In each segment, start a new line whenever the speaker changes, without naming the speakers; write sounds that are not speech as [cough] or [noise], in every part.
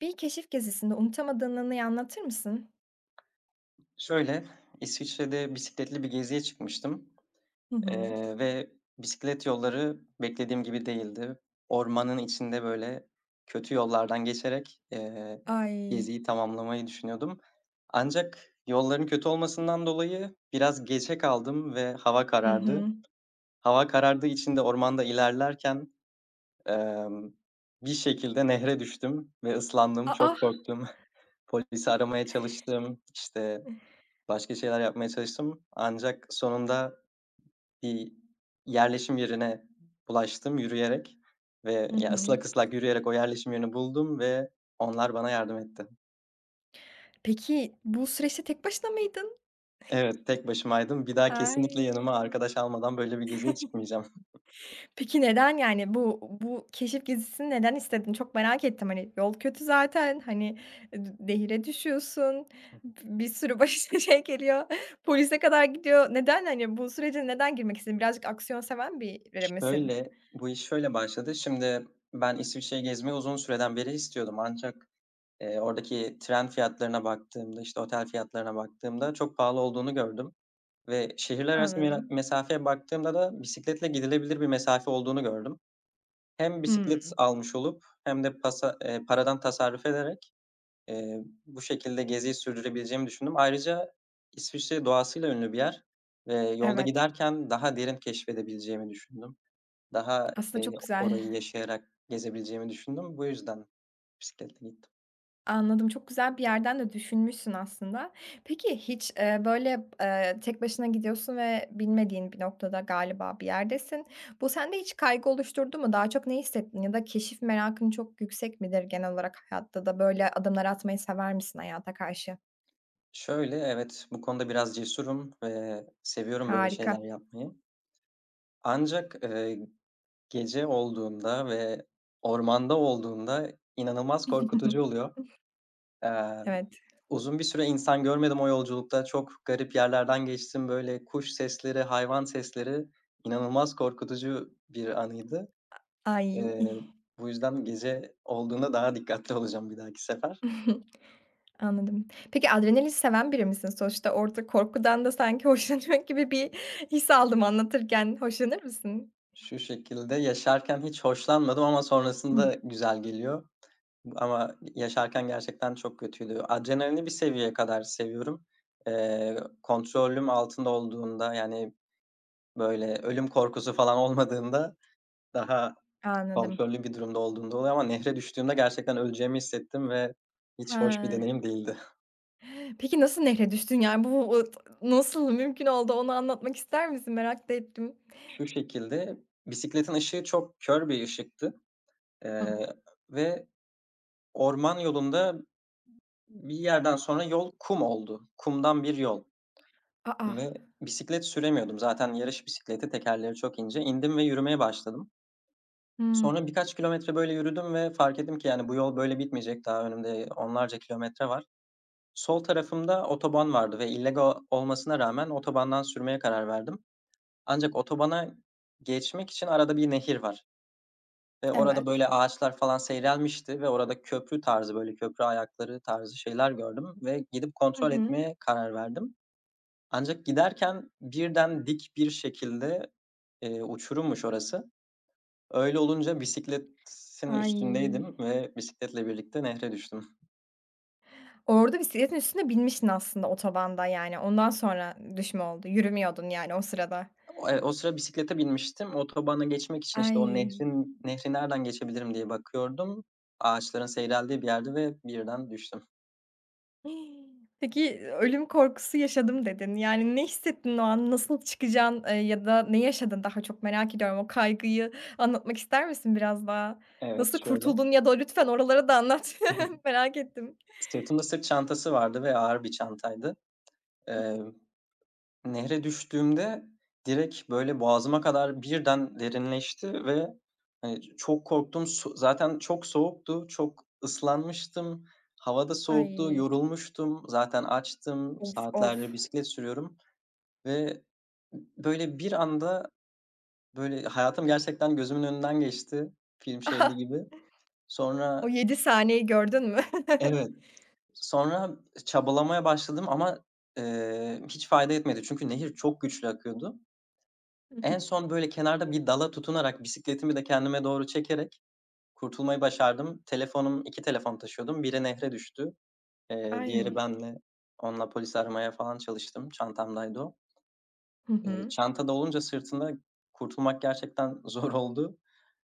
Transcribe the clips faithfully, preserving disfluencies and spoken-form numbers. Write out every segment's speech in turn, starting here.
Bir keşif gezisinde unutamadığın anıyı anlatır mısın?
Şöyle, İsviçre'de bisikletli bir geziye çıkmıştım,
Hı hı.
eee, ve bisiklet yolları beklediğim gibi değildi. Ormanın içinde, böyle, kötü yollardan geçerek, eee,
Ay.
geziyi tamamlamayı düşünüyordum. Ancak yolların kötü olmasından dolayı biraz geçe kaldım ve hava
Hı hı.
karardı. Hava karardığı için de ormanda ilerlerken, emm, bir şekilde nehre düştüm ve ıslandım, çok
A.
korktum. [laughs] Polisi aramaya çalıştım, işte, başka şeyler yapmaya çalıştım ancak sonunda bir yerleşim yerine ulaştım yürüyerek ve
Hı
ya,
hı.
ıslak ıslak yürüyerek o yerleşim yerini buldum ve onlar bana yardım etti.
Peki, bu süreçte tek başına mıydın?
Evet, tek başımaydım. Bir daha kesinlikle yanıma
Ay.
arkadaş almadan böyle bir geziye çıkmayacağım.
Peki, neden, yani, bu bu keşif gezisini neden istedin? Çok merak ettim. Hani, yol kötü zaten, hani, e, d nehire düşüyorsun, b bir sürü başına [laughs] şey geliyor, polise kadar gidiyor. Neden, hani, bu sürece neden girmek istedin? Birazcık aksiyon seven biri
[laughs]
misin?
Şöyle, bu iş şöyle başladı. Şimdi ben İsviçre'yi gezmeyi uzun süreden beri istiyordum ancak, eee, oradaki tren fiyatlarına baktığımda, işte, otel fiyatlarına baktığımda çok pahalı olduğunu gördüm. Ve şehirler arası mera
Anladım.
mesafeye baktığımda da bisikletle gidilebilir bir mesafe olduğunu gördüm. Hem bisiklet
Hımm.
almış olup hem de pasa eee, paradan tasarruf ederek, eee, bu şekilde geziyi sürdürebileceğimi düşündüm. Ayrıca İsviçre doğasıyla ünlü bir yer ve yolda
Evet.
giderken daha derin keşfedebileceğimi düşündüm. Daha,
Aslında
eee,
çok güzel.
orayı yaşayarak gezebileceğimi düşündüm. Bu yüzden bisikletle gittim.
Anladım, çok güzel bir yerden de düşünmüşsün aslında. Peki hiç, eee, böyle, eee, tek başına gidiyorsun ve bilmediğin bir noktada galiba bir yerdesin. Bu sende hiç kaygı oluşturdu mu? Daha çok ne hissettin ya da keşif merakın çok yüksek midir genel olarak hayatta da böyle adımlar atmayı sever misin hayata karşı?
Şöyle, evet, bu konuda biraz cesurum ve seviyorum böyle şeyler
Harika.
yapmayı. Ancak, eee gece olduğunda ve ormanda olduğunda inanılmaz korkutucu
[laughs]
oluyor. Eee,
Evet.
Uzun bir süre insan görmedim o yolculukta. Çok garip yerlerden geçtim. Böyle kuş sesleri, hayvan sesleri inanılmaz korkutucu bir anıydı.
Ay.
Eee, Bu yüzden gece olduğunda daha dikkatli olacağım bir dahaki sefer.
[laughs] Anladım. Peki adrenalin seven biri misin? Sonuçta orada korkudan da sanki [laughs] hoşlanıyor gibi bir his aldım anlatırken. Hoşlanır mısın?
Şu şekilde yaşarken hiç hoşlanmadım ama
Hımm.
sonrasında güzel geliyor. Ama yaşarken gerçekten çok kötüydü. Adrenalini bir seviyeye kadar seviyorum. Eee, kontrolüm altında olduğunda, yani, böyle, ölüm korkusu falan olmadığında daha
Anladım.
kontrollü bir durumda olduğunda oluyor ama nehre düştüğümde gerçekten öleceğimi hissettim ve hiç hoş bir
He.
deneyim değildi.
Peki nasıl nehre düştün? Yani, bu o nasıl mümkün oldu? Onu anlatmak ister misin? Merak da ettim.
[laughs] Şu şekilde, bisikletin ışığı çok kör bir ışıktı,
Hıh.
eee, ve orman yolunda bir yerden sonra yol kum oldu. Kumdan bir yol.
A!
Ve bisiklet süremiyordum. Zaten yarış bisikleti, tekerleri çok ince. İndim ve yürümeye başladım.
Hımm.
Sonra birkaç kilometre böyle yürüdüm ve fark ettim ki yani bu yol böyle bitmeyecek. Daha önümde onlarca kilometre var. Sol tarafımda otoban vardı ve illegal olmasına rağmen otobandan sürmeye karar verdim. Ancak otobana geçmek için arada bir nehir var ve orada
Evet.
böyle ağaçlar falan seyrelmişti ve orada köprü tarzı, böyle köprü ayakları tarzı şeyler gördüm ve gidip
Hı
kontrol
hı.
etmeye karar verdim. Ancak giderken birden dik bir şekilde, eee, uçurummuş orası. Öyle olunca bisikletin
Ay!
üstündeydim ve bisikletle birlikte nehre düştüm.
Orada bisikletin üstüne binmişsin aslında otobanda, yani. Ondan sonra düşme oldu. Yürümüyordun, yani, o sırada.
O eee, o sıra bisiklete binmiştim. Otobana geçmek için, işte, o
Ay!
nehrin nehri nereden geçebilirim diye bakıyordum. Ağaçların seyreldiği bir yerde ve birden düştüm.
Peki, ölüm korkusu yaşadım dedin. Yani, ne hissettin o an? Nasıl çıkacaksın, eee, ya da ne yaşadın? Daha çok merak ediyorum. O kaygıyı anlatmak ister misin biraz daha?
Evet,
Nasıl
şöyle,
kurtuldun ya da lütfen oraları da anlat.
[laughs]
[laughs] Merak ettim.
sırtımda sırt çantası vardı ve ağır bir çantaydı. Eee Nehre düştüğümde direkt, böyle, boğazıma kadar birden derinleşti ve, hani, çok korktum. Su zaten çok soğuktu, çok ıslanmıştım, hava da soğuktu,
Ay,
yorulmuştum, zaten açtım,
of, of.
saatlerdir bisiklet sürüyorum ve böyle, bir anda, böyle, hayatım gerçekten gözümün önünden geçti film
[laughs] Aha,
şeridi gibi. Sonra
O yedi saniyeyi gördün mü? [laughs]
evet, sonra çabalamaya başladım ama, eee, hiç fayda etmedi çünkü nehir çok güçlü akıyordu.
Hı hı.
En son, böyle, kenarda bir dala tutunarak bisikletimi de kendime doğru çekerek kurtulmayı başardım. Telefonum, iki telefon taşıyordum. Biri nehre düştü, eee, diğeri
Ay.
benle. Onunla polisi aramaya falan çalıştım. Çantamdaydı o.
Hı
Eee,
hı.
çantada olunca sırtında kurtulmak gerçekten [laughs] zor oldu.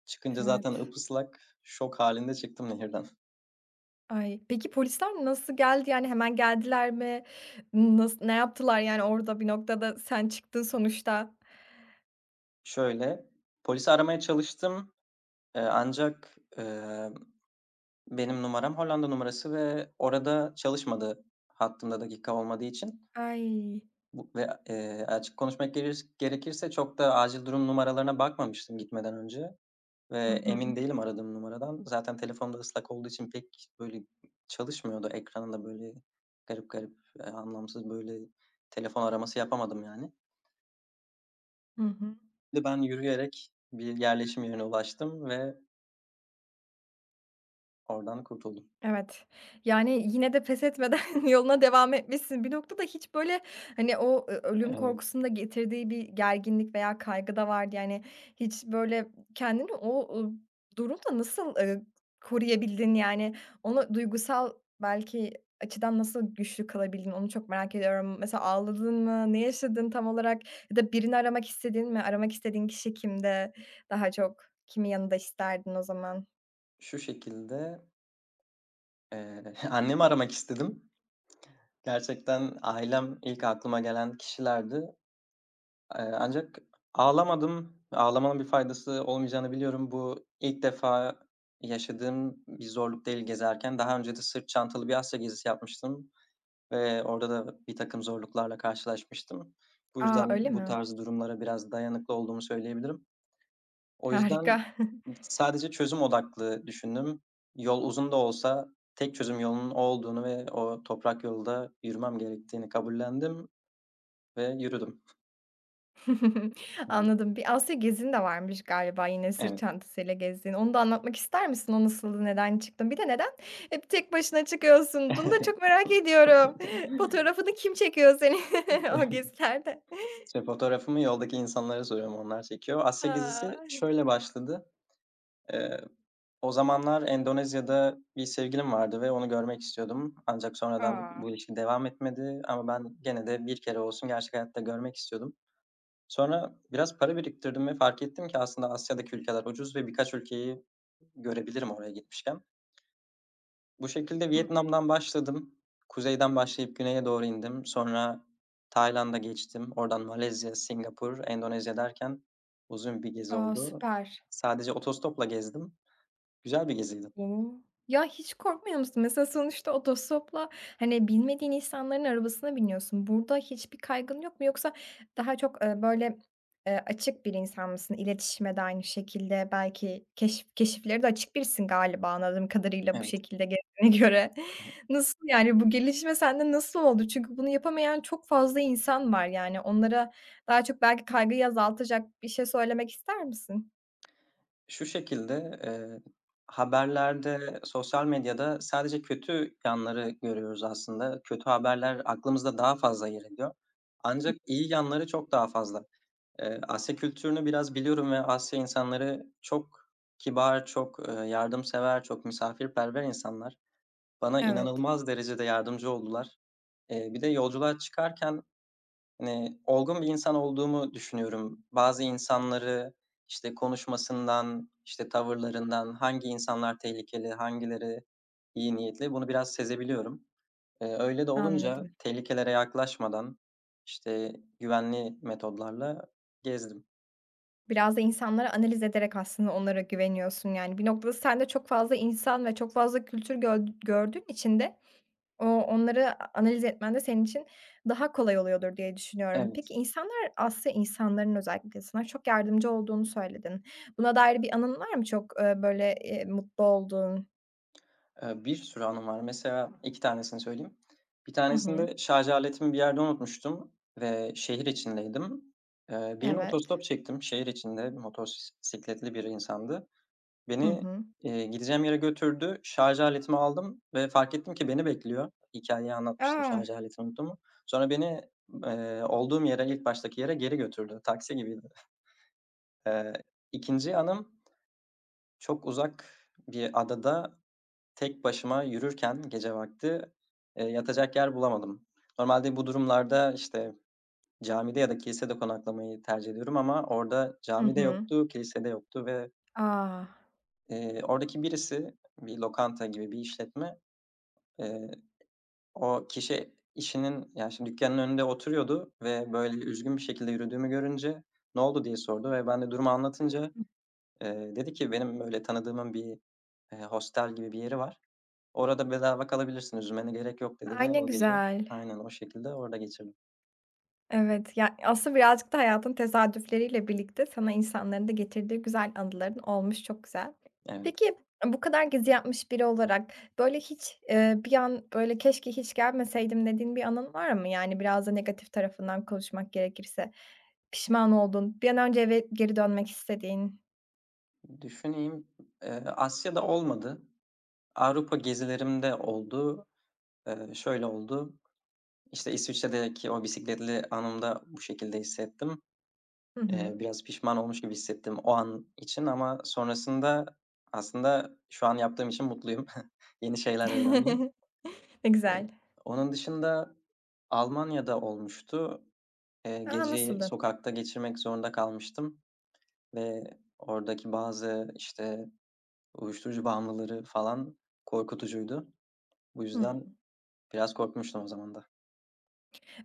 Çıkınca zaten
Evet.
ıpıslak, şok hâlinde çıktım nehirden.
Ay, peki polisler nasıl geldi? Yani, hemen geldiler mi? Nas ne yaptılar? Yani, orada bir noktada sen çıktın sonuçta.
Şöyle, polisi aramaya çalıştım, eee, ancak, eee, benim numaram Hollanda numarası ve orada çalışmadı hattımda dakika olmadığı için.
Ay.
Bu ve, eee, açık konuşmak gerir gerekirse çok da acil durum numaralarına bakmamıştım gitmeden önce ve
Hı hı.
emin değilim aradığım numaradan. Zaten telefonda ıslak olduğu için pek, böyle, çalışmıyordu. Ekranında, böyle, garip garip, eee, anlamsız, böyle, telefon araması yapamadım, yani.
Hı hı.
Bir ben yürüyerek bir yerleşim yerine ulaştım ve oradan kurtuldum.
Evet. Yani, yine de pes etmeden [laughs] yoluna devam etmişsin. Bir noktada hiç, böyle, hani, o ö ölüm
Eee,
korkusunda getirdiği bir gerginlik veya kaygı da vardı. Yani, hiç, böyle, kendini o, ııı, durumda nasıl, eee, koruyabildin? Yani, onu duygusal belki açıdan nasıl güçlü kalabildin? Onu çok merak ediyorum. Mesela ağladın mı? Ne yaşadın tam olarak? Ya da birini aramak istedin mi? Aramak istediğin kişi kimde daha çok? Kimi yanında isterdin o zaman?
Şu şekilde, eee, [laughs] annemi aramak istedim. Gerçekten ailem ilk aklıma gelen kişilerdi. Eee, ancak ağlamadım. Ağlamanın bir faydası olmayacağını biliyorum. Bu ilk defa yaşadığım bir zorluk değil gezerken. Daha önce de sırt çantalı bir Asya gezisi yapmıştım ve orada da birtakım zorluklarla karşılaşmıştım. Bu
A,
yüzden
öyle
bu
mi?
tarz durumlara biraz dayanıklı olduğumu söyleyebilirim. O yüzden
Harika.
sadece çözüm odaklı düşündüm. Yol uzun da olsa tek çözüm yolunun o olduğunu ve o toprak yolda yürümem gerektiğini kabullendim ve yürüdüm.
[laughs]
Hıı.
Anladım. Bir Asya gezin de varmış galiba yine sırt
Evet.
çantasıyla gezdiğin. Onu da anlatmak ister misin? O nasıldı? Neden çıktın? Bir de neden hep tek başına çıkıyorsun? Bunu da çok merak ediyorum.
[laughs]
[laughs] Fotoğrafını kim çekiyor senin [laughs] o gezilerde?
İşte fotoğrafımı yoldaki insanlara soruyorum, onlar çekiyor. Asya gezisi
A!
şöyle başladı. Eee, O zamanlar Endonezya'da bir sevgilim vardı ve onu görmek istiyordum. Ancak sonradan
A!
bu ilişki devam etmedi ama ben gene de bir kere olsun gerçek hayatta görmek istiyordum. Sonra biraz para biriktirdim ve fark ettim ki aslında Asya'daki ülkeler ucuz ve birkaç ülkeyi görebilirim oraya gitmişken. Bu şekilde
Hı.
Vietnam'dan başladım. Kuzeyden başlayıp güneye doğru indim. Sonra Tayland'a geçtim. Oradan Malezya, Singapur, Endonezya derken uzun bir gezi
A,
oldu.
süper.
Sadece otostopla gezdim. Güzel bir geziydi.
O! Ya, hiç korkmuyor musun? Mesela sonuçta otostopla, hani, bilmediğin insanların arabasına biniyorsun. Burada hiçbir kaygın yok mu? Yoksa daha çok, eee, böyle, eee, açık bir insan mısın? İletişime de aynı şekilde belki keşif keşiflere de açık birisin galiba anladığım kadarıyla bu
Evet,
şekilde gezdiğine [laughs] göre.
evet.
Nasıl, yani, bu gelişme sende nasıl oldu? Çünkü bunu yapamayan çok fazla insan var, yani, onlara daha çok belki kaygıyı azaltacak bir şey söylemek ister misin?
Şu şekilde, eee, haberlerde, sosyal medyada sadece kötü yanları görüyoruz aslında. Kötü haberler aklımızda daha fazla yer ediyor. Ancak iyi yanları çok daha fazla. Eee, Asya kültürünü biraz biliyorum ve Asya insanları çok kibar, çok, eee, yardımsever, çok misafirperver insanlar. Bana
Evet,
inanılmaz derecede yardımcı oldular. Eee, bir de yolculuğa çıkarken, hani, olgun bir insan olduğumu düşünüyorum. Bazı insanları, işte, konuşmasından, işte, tavırlarından hangi insanlar tehlikeli, hangileri iyi niyetli bunu biraz sezebiliyorum. Eee, öyle de olunca
anladım.
tehlikelere yaklaşmadan, işte, güvenli metodlarla gezdim.
Biraz da insanları analiz ederek aslında onlara güveniyorsun. Yani bir noktada sen de çok fazla insan ve çok fazla kültür göl gördüğün için de o onları analiz etmen de senin için daha kolay oluyordur diye düşünüyorum.
Evet.
Peki insanlar aslında insanların özellikle sana çok yardımcı olduğunu söyledin. Buna dair bir anın var mı çok, eee, böyle, eee, mutlu olduğun?
Eee, bir sürü anım var. Mesela iki tanesini söyleyeyim. Bir
Hı hı.
tanesinde şarj aletimi bir yerde unutmuştum ve şehir içindeydim. Eee, birine
Evet.
otostop çektim. Şehir içinde motosikletli bir insandı.
Hı
Beni,
hı.
eee, gideceğim yere götürdü. Şarj aletimi aldım ve fark ettim ki beni bekliyor. Hikayeyi anlatmıştım,
A!
şarj aletimi unuttuğumu. Sonra beni, eee, olduğum yere, ilk baştaki yere geri götürdü. Taksi gibiydi. Eee, ikinci anım çok uzak bir adada tek başıma yürürken gece vakti, eee, yatacak yer bulamadım. Normalde bu durumlarda, işte, camide ya da kilisede konaklamayı tercih ediyorum ama orada
Hı
camide
hı.
yoktu, kilise de yoktu ve,
A!
eee, oradaki birisi, bir lokanta gibi bir işletme, eee, o kişi işinin, yani şimdi dükkânın önünde oturuyordu ve böyle üzgün bir şekilde yürüdüğümü görünce "Ne oldu?" diye sordu ve ben de durumu anlatınca, eee, dedi ki "Benim, böyle, tanıdığımın bir, eee, hostel gibi bir yeri var. Orada bedava kalabilirsin, üzülmene gerek yok" dedi
Ay,
ve
ne
o gece
güzel.
aynen o şekilde orada geçirdim.
Evet, ya, aslında birazcık da hayatın tesadüfleriyle birlikte sana insanların da getirdiği güzel anıların olmuş, çok güzel.
Evet.
Peki, bu kadar gezi yapmış biri olarak, böyle, hiç, eee, bir an, böyle, "Keşke hiç gelmeseydim." dediğin bir anın var mı? Yani, biraz da negatif tarafından konuşmak gerekirse. Pişman oldun, bir an önce eve geri dönmek istediğin.
Düşüneyim, eee, Asya'da olmadı. Avrupa gezilerimde oldu. Eee, şöyle oldu, İşte İsviçre'deki o bisikletli anımda bu şekilde hissettim.
Hı
Eee,
hı.
biraz pişman olmuş gibi hissettim o an için ama sonrasında aslında şu an yaptığım için mutluyum. [laughs] Yeni şeyler
[laughs]
öğrendim.
Ne
Eee,
güzel.
Onun dışında Almanya'da olmuştu. Eee,
A,
geceyi
nasıldı?
sokakta geçirmek zorunda kalmıştım ve oradaki bazı, işte, uyuşturucu bağımlıları falan korkutucuydu. Bu
Hımm.
yüzden biraz korkmuştum o zaman da.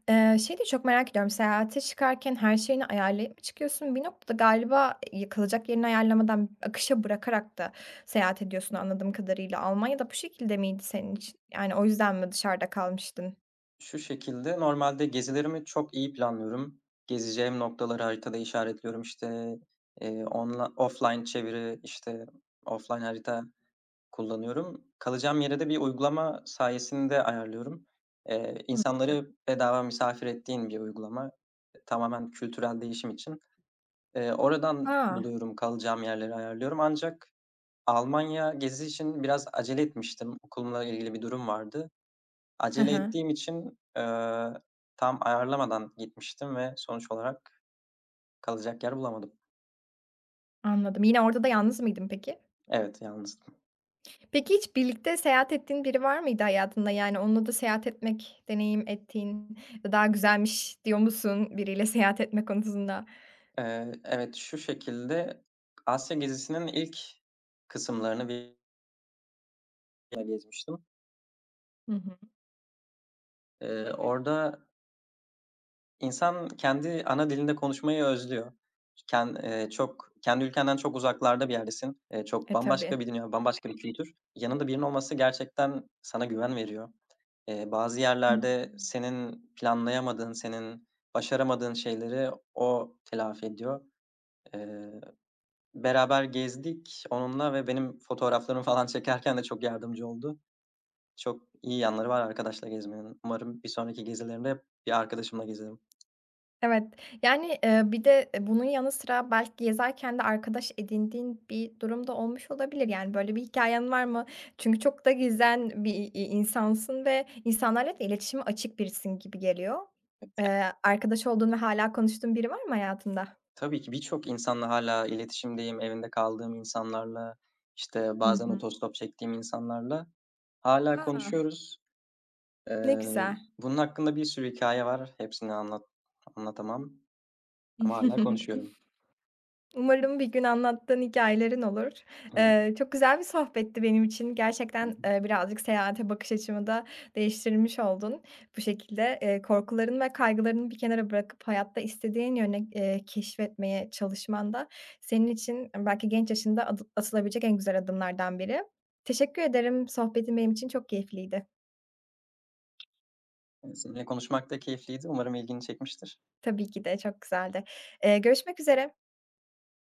Eee, şeyi de çok merak ediyorum, seyahate çıkarken her şeyini ayarlayıp mı çıkıyorsun? Bir noktada galiba, eee, kalacak yerini ayarlamadan akışa bırakarak da seyahat ediyorsun anladığım kadarıyla. Almanya da bu şekilde miydi senin için? Yani o yüzden mi dışarıda kalmıştın?
Şu şekilde, normalde gezilerimi çok iyi planlıyorum. Gezeceğim noktaları haritada işaretliyorum. İşte, eee, onla offline çeviri, işte, offline harita kullanıyorum. Kalacağım yere de bir uygulama sayesinde ayarlıyorum. Eee,
Hımm.
insanları bedava misafir ettiğin bir uygulama. e, Tamamen kültürel değişim için. Eee, oradan
A!
buluyorum, kalacağım yerleri ayarlıyorum. Ancak Almanya gezisi için biraz acele etmiştim. Okulumla ilgili bir durum vardı.
Hı
Acele
hı.
ettiğim için, eee, tam ayarlamadan gitmiştim ve sonuç olarak kalacak yer bulamadım.
Anladım. Yine orada da yalnız mıydın peki?
Evet, yalnızdım.
Peki hiç birlikte seyahat ettiğin biri var mıydı hayatında? Yani onunla da seyahat etmek, deneyim ettiğin, daha güzelmiş diyor musun biriyle seyahat etme konusunda?
Eee, evet, şu şekilde Asya gezisinin ilk kısımlarını ile gezmiştim.
Hı hı.
Eee, orada insan kendi ana dilinde konuşmayı özlüyor. Ken eee, Çok kendi ülkenden çok uzaklarda bir yerdesin. Eee, çok
E,
bambaşka
tabii.
bir dünya, bambaşka bir kültür. Yanında birinin olması gerçekten sana güven veriyor. Eee, bazı
Hı hı.
yerlerde senin planlayamadığın, senin başaramadığın şeyleri o telafi ediyor. Eee, Beraber gezdik onunla ve benim fotoğraflarımı falan çekerken de çok yardımcı oldu. Çok iyi yanları var arkadaşla gezmenin. Umarım bir sonraki gezilerimde bir arkadaşımla gezerim.
Evet. Yani, eee, bir de, eee, bunun yanı sıra belki gezerken de arkadaş edindiğin bir durum da olmuş olabilir. Yani, böyle bir hikayen var mı? Çünkü çok da gizlen bir, iii, insansın ve insanlarla da iletişime açık birisin gibi geliyor. Eee, arkadaş olduğun ve hala konuştuğun biri var mı hayatında?
Tabii ki birçok insanla hâlâ iletişimdeyim. Evinde kaldığım insanlarla, işte,
Hı
bazen
hı.
otostop çektiğim insanlarla hâlâ
A!
konuşuyoruz.
Ne
Eee,
güzel.
Bunun hakkında bir sürü hikâye var. Hepsini anlat anlatamam ama hâlâ konuşuyorum.
[laughs] Umarım bir gün anlattığın hikayelerin olur.
Hı hı.
Eee, çok güzel bir sohbetti benim için.
Hı
Gerçekten,
hı.
eee, birazcık seyahate bakış açımı da değiştirmiş oldun. Bu şekilde, eee, korkularını ve kaygılarını bir kenara bırakıp hayatta istediğin yöne, eee, keşfetmeye çalışman da senin için belki genç yaşında adı atılabilecek en güzel adımlardan biri. Teşekkür ederim. Sohbetin benim için çok keyifliydi.
Eee, seninle konuşmak da keyifliydi. Umarım ilgini çekmiştir.
Tabii ki de çok güzeldi. Eee, görüşmek üzere.